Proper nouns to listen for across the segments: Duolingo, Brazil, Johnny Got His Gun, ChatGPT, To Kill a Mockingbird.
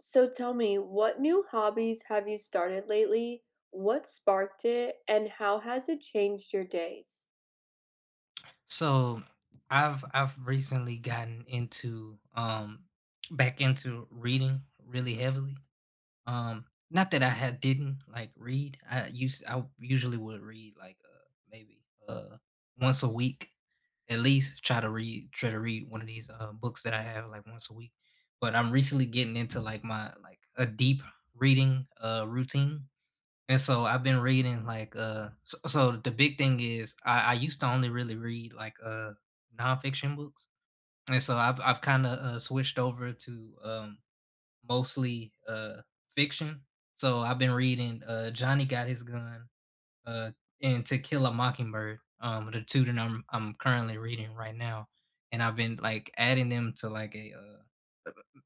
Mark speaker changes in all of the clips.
Speaker 1: So tell me, what new hobbies have you started lately? What sparked it? And how has it changed your days?
Speaker 2: So I've recently gotten into reading really heavily. Not that I had didn't like read. I usually would read like maybe once a week, at least try to read one of these books that I have like once a week. But I'm recently getting into like my like a deep reading routine, and so I've been reading so the big thing is I used to only really read like nonfiction books. And so I've kind of switched over to mostly fiction. So I've been reading Johnny Got His Gun, uh and To Kill a Mockingbird, the two that I'm currently reading right now. And I've been like adding them to like a uh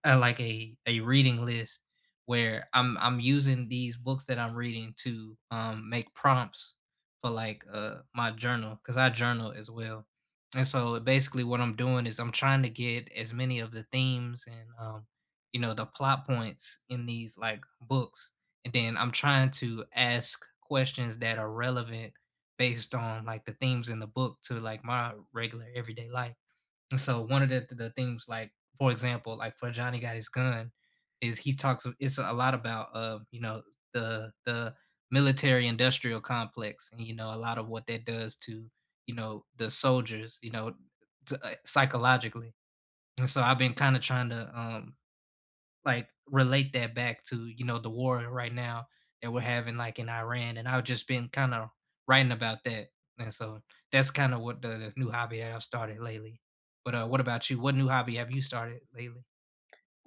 Speaker 2: uh, like a reading list where I'm using these books that I'm reading to make prompts for like my journal because I journal as well. And so basically what I'm doing is I'm trying to get as many of the themes and you know the plot points in these like books, and then I'm trying to ask questions that are relevant based on like the themes in the book to like my regular everyday life. And so one of the things, like, for example, like for Johnny Got His Gun, is he talks it's a lot about you know, the military industrial complex, and you know, a lot of what that does to, you know, the soldiers, you know, to, psychologically. And so I've been kind of trying to like relate that back to, you know, the war right now that we're having like in Iran, and I've just been kind of writing about that, and so that's kind of what the new hobby that I've started lately. But what about you? What new hobby have you started lately?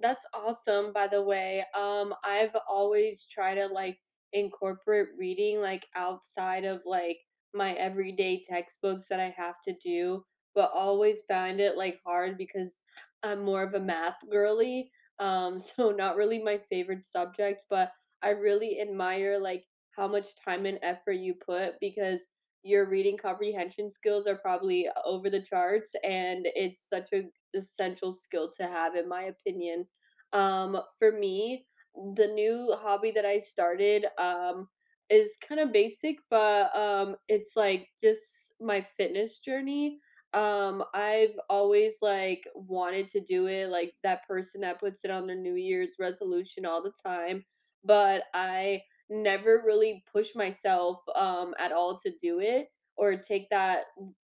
Speaker 1: That's awesome, by the way. I've always tried to like incorporate reading like outside of like my everyday textbooks that I have to do, but always found it like hard because I'm more of a math girly. So not really my favorite subject, but I really admire like how much time and effort you put because your reading comprehension skills are probably over the charts and it's such a essential skill to have in my opinion. For me, the new hobby that I started, is kinda basic, but, it's, like, just my fitness journey. I've always, like, wanted to do it, like that person that puts it on their New Year's resolution all the time, but I never really push myself, at all to do it or take that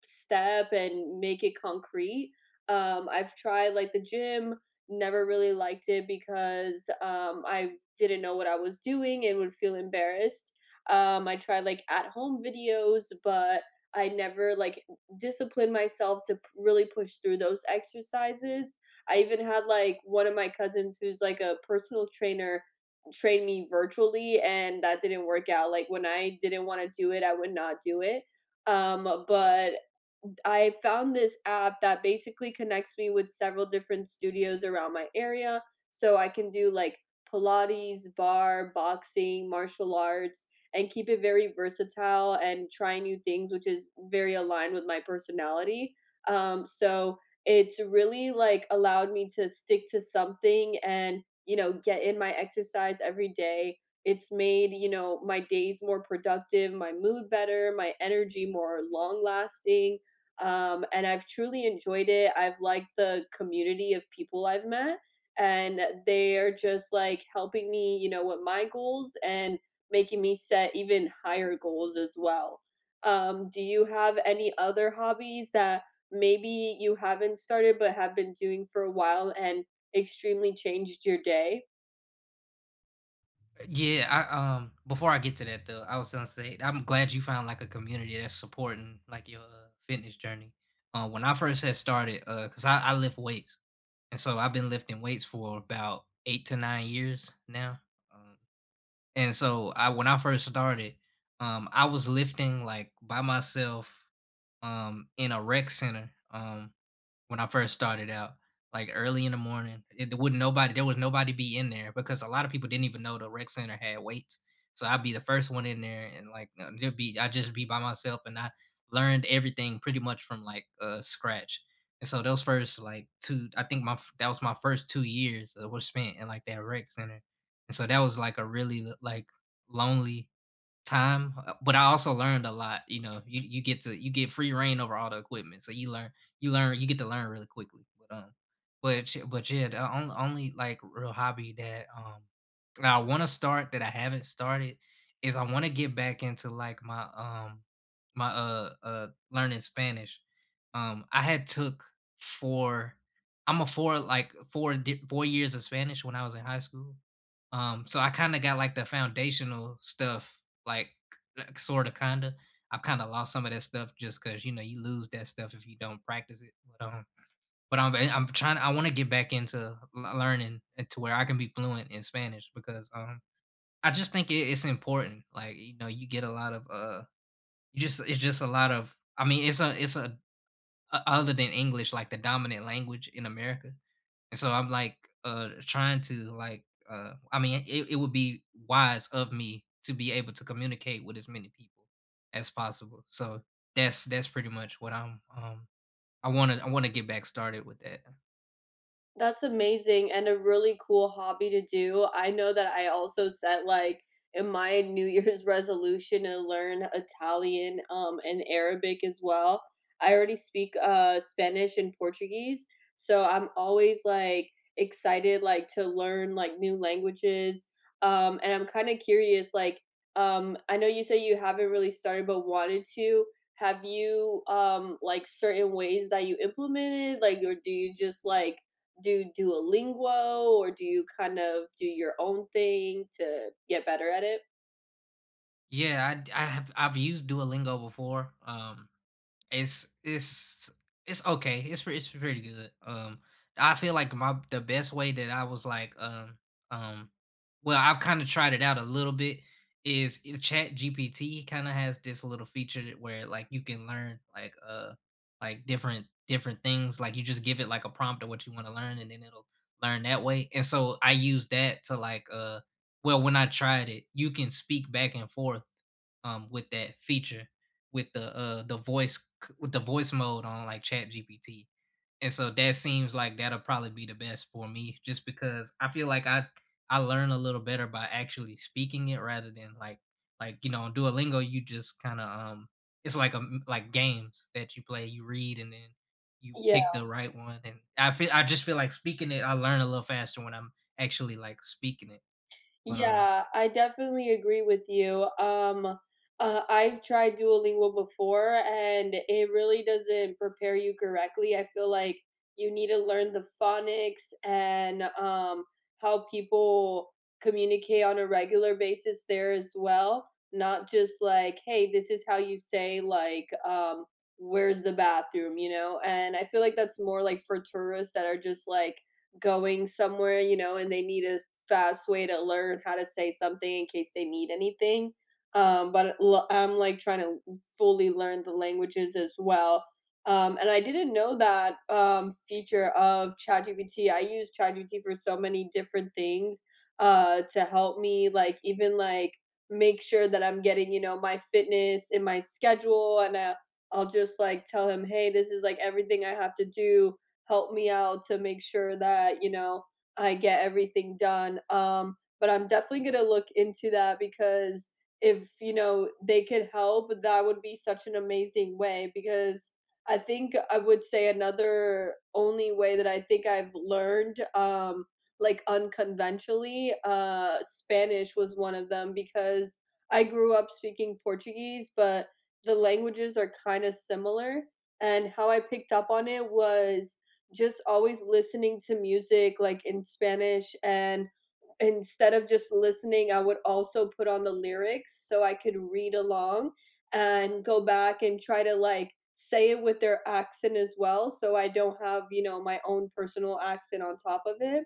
Speaker 1: step and make it concrete. I've tried like the gym, never really liked it because I didn't know what I was doing and would feel embarrassed. I tried like at home videos, but I never like disciplined myself to really push through those exercises. I even had like one of my cousins who's like a personal trainer train me virtually and that didn't work out. Like when I didn't want to do it, I would not do it but I found this app that basically connects me with several different studios around my area. So I can do like Pilates, bar, boxing, martial arts, and keep it very versatile and try new things, which is very aligned with my personality. So it's really like allowed me to stick to something and, you know, get in my exercise every day. It's made, you know, my days more productive, my mood better, my energy more long lasting and I've truly enjoyed it. I've liked the community of people I've met, and they're just like helping me, you know, with my goals and making me set even higher goals as well. Do you have any other hobbies that maybe you haven't started but have been doing for a while and extremely changed your day?
Speaker 2: Yeah, I before I get to that though, I was gonna say I'm glad you found like a community that's supporting like your fitness journey. When I first had started, cause I lift weights, and so I've been lifting weights for about 8 to 9 years now. um, And so I when I first started, I was lifting like by myself in a rec center. When I first started out, like early in the morning. It wouldn't nobody there was Nobody be in there because a lot of people didn't even know the rec center had weights. So I'd be the first one in there, and like there'd be I'd just be by myself, and I learned everything pretty much from like scratch. And so those first like two I think my f- that was my first 2 years that was spent in like that rec center. And so that was like a really like lonely time, but I also learned a lot. You know, you get to you get free reign over all the equipment, so you learn, you get to learn really quickly, but sh but yeah, the only, like, real hobby that, that I wanna start that I haven't started is I wanna get back into, like, my, learning Spanish. I had took 4, I'm a 4, like, 4 years of Spanish when I was in high school, so I kinda got, like, the foundational stuff, like, sort of kind of. I've kind of lost some of that stuff just because you know you lose that stuff if you don't practice it. But I'm I'm trying. I want to get back into learning, and to where I can be fluent in Spanish because I just think it's important. Like you know, you get a lot of you just it's just a lot of. I mean, it's a other than English, like the dominant language in America. And so I'm like trying to like I mean it would be wise of me to be able to communicate with as many people as possible. So that's pretty much what I want to get back started with that.
Speaker 1: That's amazing and a really cool hobby to do. I know that I also set like in my New Year's resolution to learn Italian and Arabic as well. I already speak Spanish and Portuguese, so I'm always like excited like to learn like new languages. And I'm kind of curious like I know you say you haven't really started but wanted to. Have you like certain ways that you implemented like or do you just like do Duolingo or do you kind of do your own thing to get better at it?
Speaker 2: I have I've used Duolingo before. It's it's it's okay. It's pretty good. I feel like my the best way that I was like, um, well, I've kind of tried it out a little bit is in GPT kind of has this little where like you can learn like different things. Like you just give it like a prompt of what you want to learn, and then it'll learn that way. And so I use that to like well when I tried it, you can speak back and forth with that feature, with the voice, with the voice mode on like chat gpt and so that seems like that'll probably be the best for me just because I feel like I learn a little better by actually speaking it rather than like you know on Duolingo you just kind of it's like like games that you play, you read and then you
Speaker 1: Yeah.
Speaker 2: pick the right one, and I just feel like speaking it I learn a little faster when I'm actually like speaking it. But
Speaker 1: Yeah, I definitely agree with you. I've tried Duolingo before and it really doesn't prepare you correctly. I feel like you need to learn the phonics and how people communicate on a regular basis there as well. Not just like, hey, this is how you say, like, where's the bathroom, you know? And I feel like that's more like for tourists that are just like, going somewhere, you know, and they need to fast way to learn how to say something in case they need anything. But I'm like trying to fully learn the languages as well. And I didn't know that feature of ChatGPT. I use ChatGPT for so many different things to help me, like even like make sure that I'm getting you know my fitness in my schedule, and I'll just like tell him, hey, this is like everything I have to do. Help me out to make sure that you know I get everything done. But I'm definitely gonna look into that because if you know they could help, that would be such an amazing way. Because I think I would say another only way that I think I've learned, like unconventionally, Spanish was one of them because I grew up speaking Portuguese, but the languages are kind of similar. And how I picked up on it was just always listening to music like in Spanish and instead of just listening, I would also put on the lyrics so I could read along and go back and try to like say it with their accent as well so I don't have, you know, my own personal accent on top of it.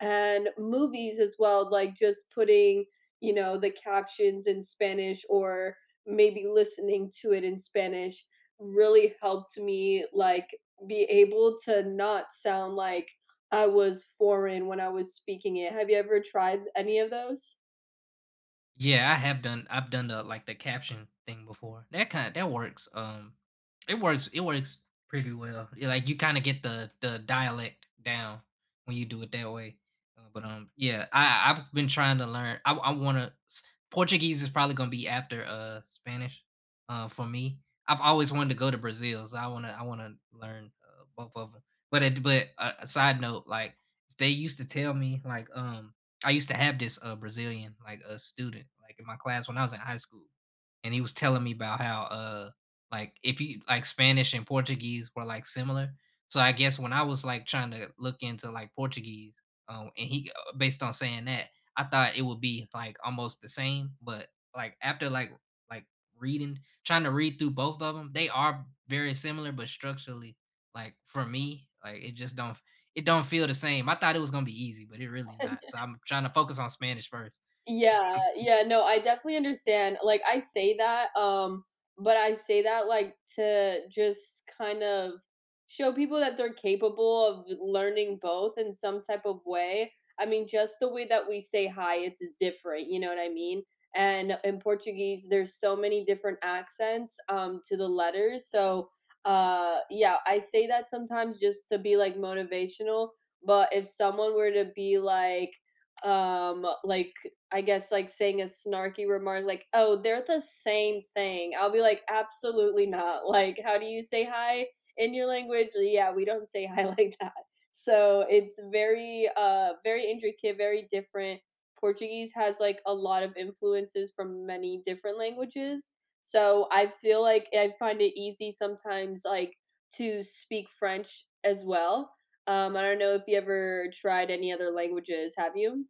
Speaker 1: And movies as well, like just putting, you know, the captions in Spanish or maybe listening to it in Spanish really helped me like be able to not sound like I was foreign when I was speaking it. Have you ever tried any of those?
Speaker 2: Yeah, I have done I've done the like the caption thing before. That works. It works pretty well. Yeah, like you kind of get the dialect down when you do it that way. But yeah, I want to. Portuguese is probably going to be after Spanish for me. I've always wanted to go to Brazil, so I want to learn both of them. But it, but A side note, like, they used to tell me like I used to have this, Brazilian, like, a student, like, in my class when I was in high school, and he was telling me about how, like, if you like, Spanish and Portuguese were, like, similar. So, I guess when I was, like, trying to look into, like, Portuguese, and he based on saying that, I thought it would be, like, almost the same, but, like, like, reading trying to read through both of them, they are very similar, but structurally, like, for me, like, it don't feel the same. I thought it was gonna be easy, but it really not. So I'm trying to focus on Spanish first.
Speaker 1: Yeah, yeah, no, I definitely understand. Like I say that, but I say that like to just kind of show people that they're capable of learning both in some type of way. I mean, just the way that we say hi, it's different, you know what I mean? And in Portuguese, there's so many different accents to the letters. So, yeah, I say that sometimes just to be like motivational, but if someone were to be like um like I guess like saying a snarky remark like, "Oh, they're the same thing." I'll be like, "Absolutely not." Like, how do you say hi in your language? Yeah, we don't say hi like that. So, it's very very intricate, very different. Portuguese has like a lot of influences from many different languages. So, I feel like I find it easy sometimes like to speak French as well. I don't know if you ever tried any other languages, have you?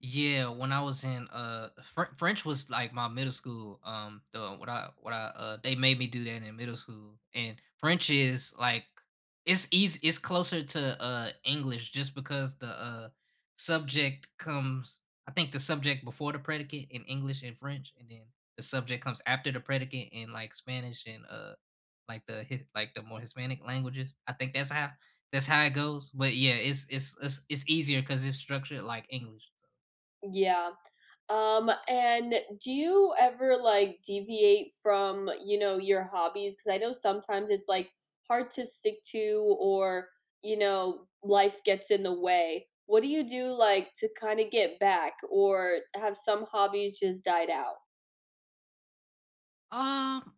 Speaker 2: Yeah, when I was in French was like my middle school. The what I they made me do that in middle school, and French is like it's easy. It's closer to English just because the subject comes. I think the subject before the predicate in English and French, and then the subject comes after the predicate in like Spanish and like like the more Hispanic languages. I think that's how it goes. But yeah, it's easier because it's structured like English.
Speaker 1: Yeah. And do you ever like deviate from, you know, your hobbies? Because I know sometimes it's like hard to stick to or, you know, life gets in the way. What do you do like to kind of get back or have some hobbies just died out?
Speaker 2: Um,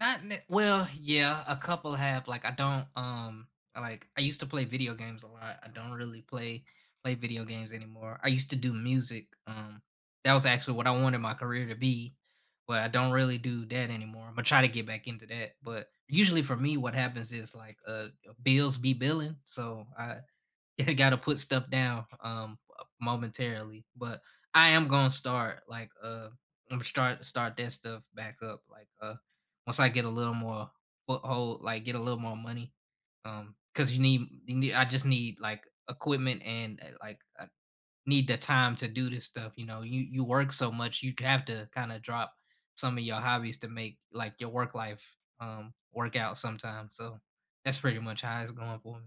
Speaker 2: not ne- well, yeah, a couple have. Like I don't like I used to play video games a lot. I don't really play video games anymore. I used to do music. That was actually what I wanted my career to be, but I don't really do that anymore. I'm gonna try to get back into that. But usually for me what happens is like bills be billing. So I got to put stuff down momentarily, but I am gonna start like I'm gonna start start that stuff back up like once I get a little more foothold, like get a little more money, because you need I just need like equipment and like I need the time to do this stuff. You know, you work so much, you have to kind of drop some of your hobbies to make like your work life work out sometimes. So that's pretty much how it's going for me.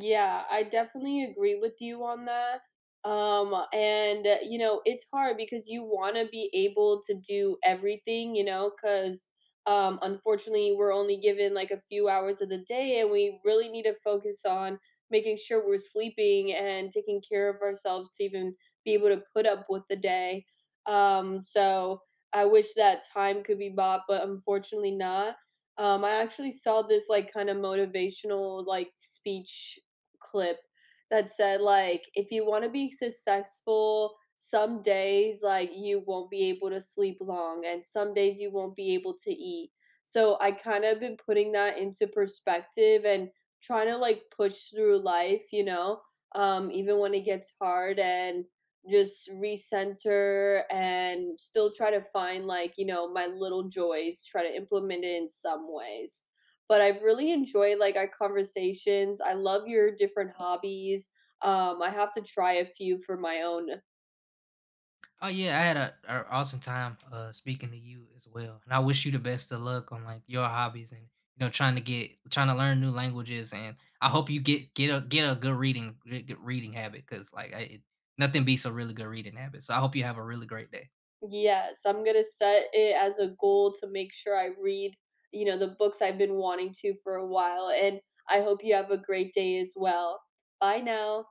Speaker 1: Yeah, I definitely agree with you on that. And You know, it's hard because you want to be able to do everything, you know, because unfortunately, we're only given like a few hours of the day, and we really need to focus on making sure we're sleeping and taking care of ourselves to even be able to put up with the day. So I wish that time could be bought, but unfortunately not I actually saw this like kind of motivational like speech clip that said like if you want to be successful some days like you won't be able to sleep long and some days you won't be able to eat so I kind of been putting that into perspective and trying to like push through life you know even when it gets hard and just recenter and still try to find like you know my little joys try to implement it in some ways but I really enjoy like our conversations. I love your different hobbies. I have to try a few for my own.
Speaker 2: Oh yeah, I had a awesome time speaking to you as well. And I wish you the best of luck on like your hobbies, and you know trying to learn new languages, and I hope you get a good reading good reading habit, cuz like nothing beats a really good reading habit. So I hope you have a really great day.
Speaker 1: Yes, I'm gonna set it as a goal to make sure I read, you know, the books I've been wanting to for a while. And I hope you have a great day as well. Bye now.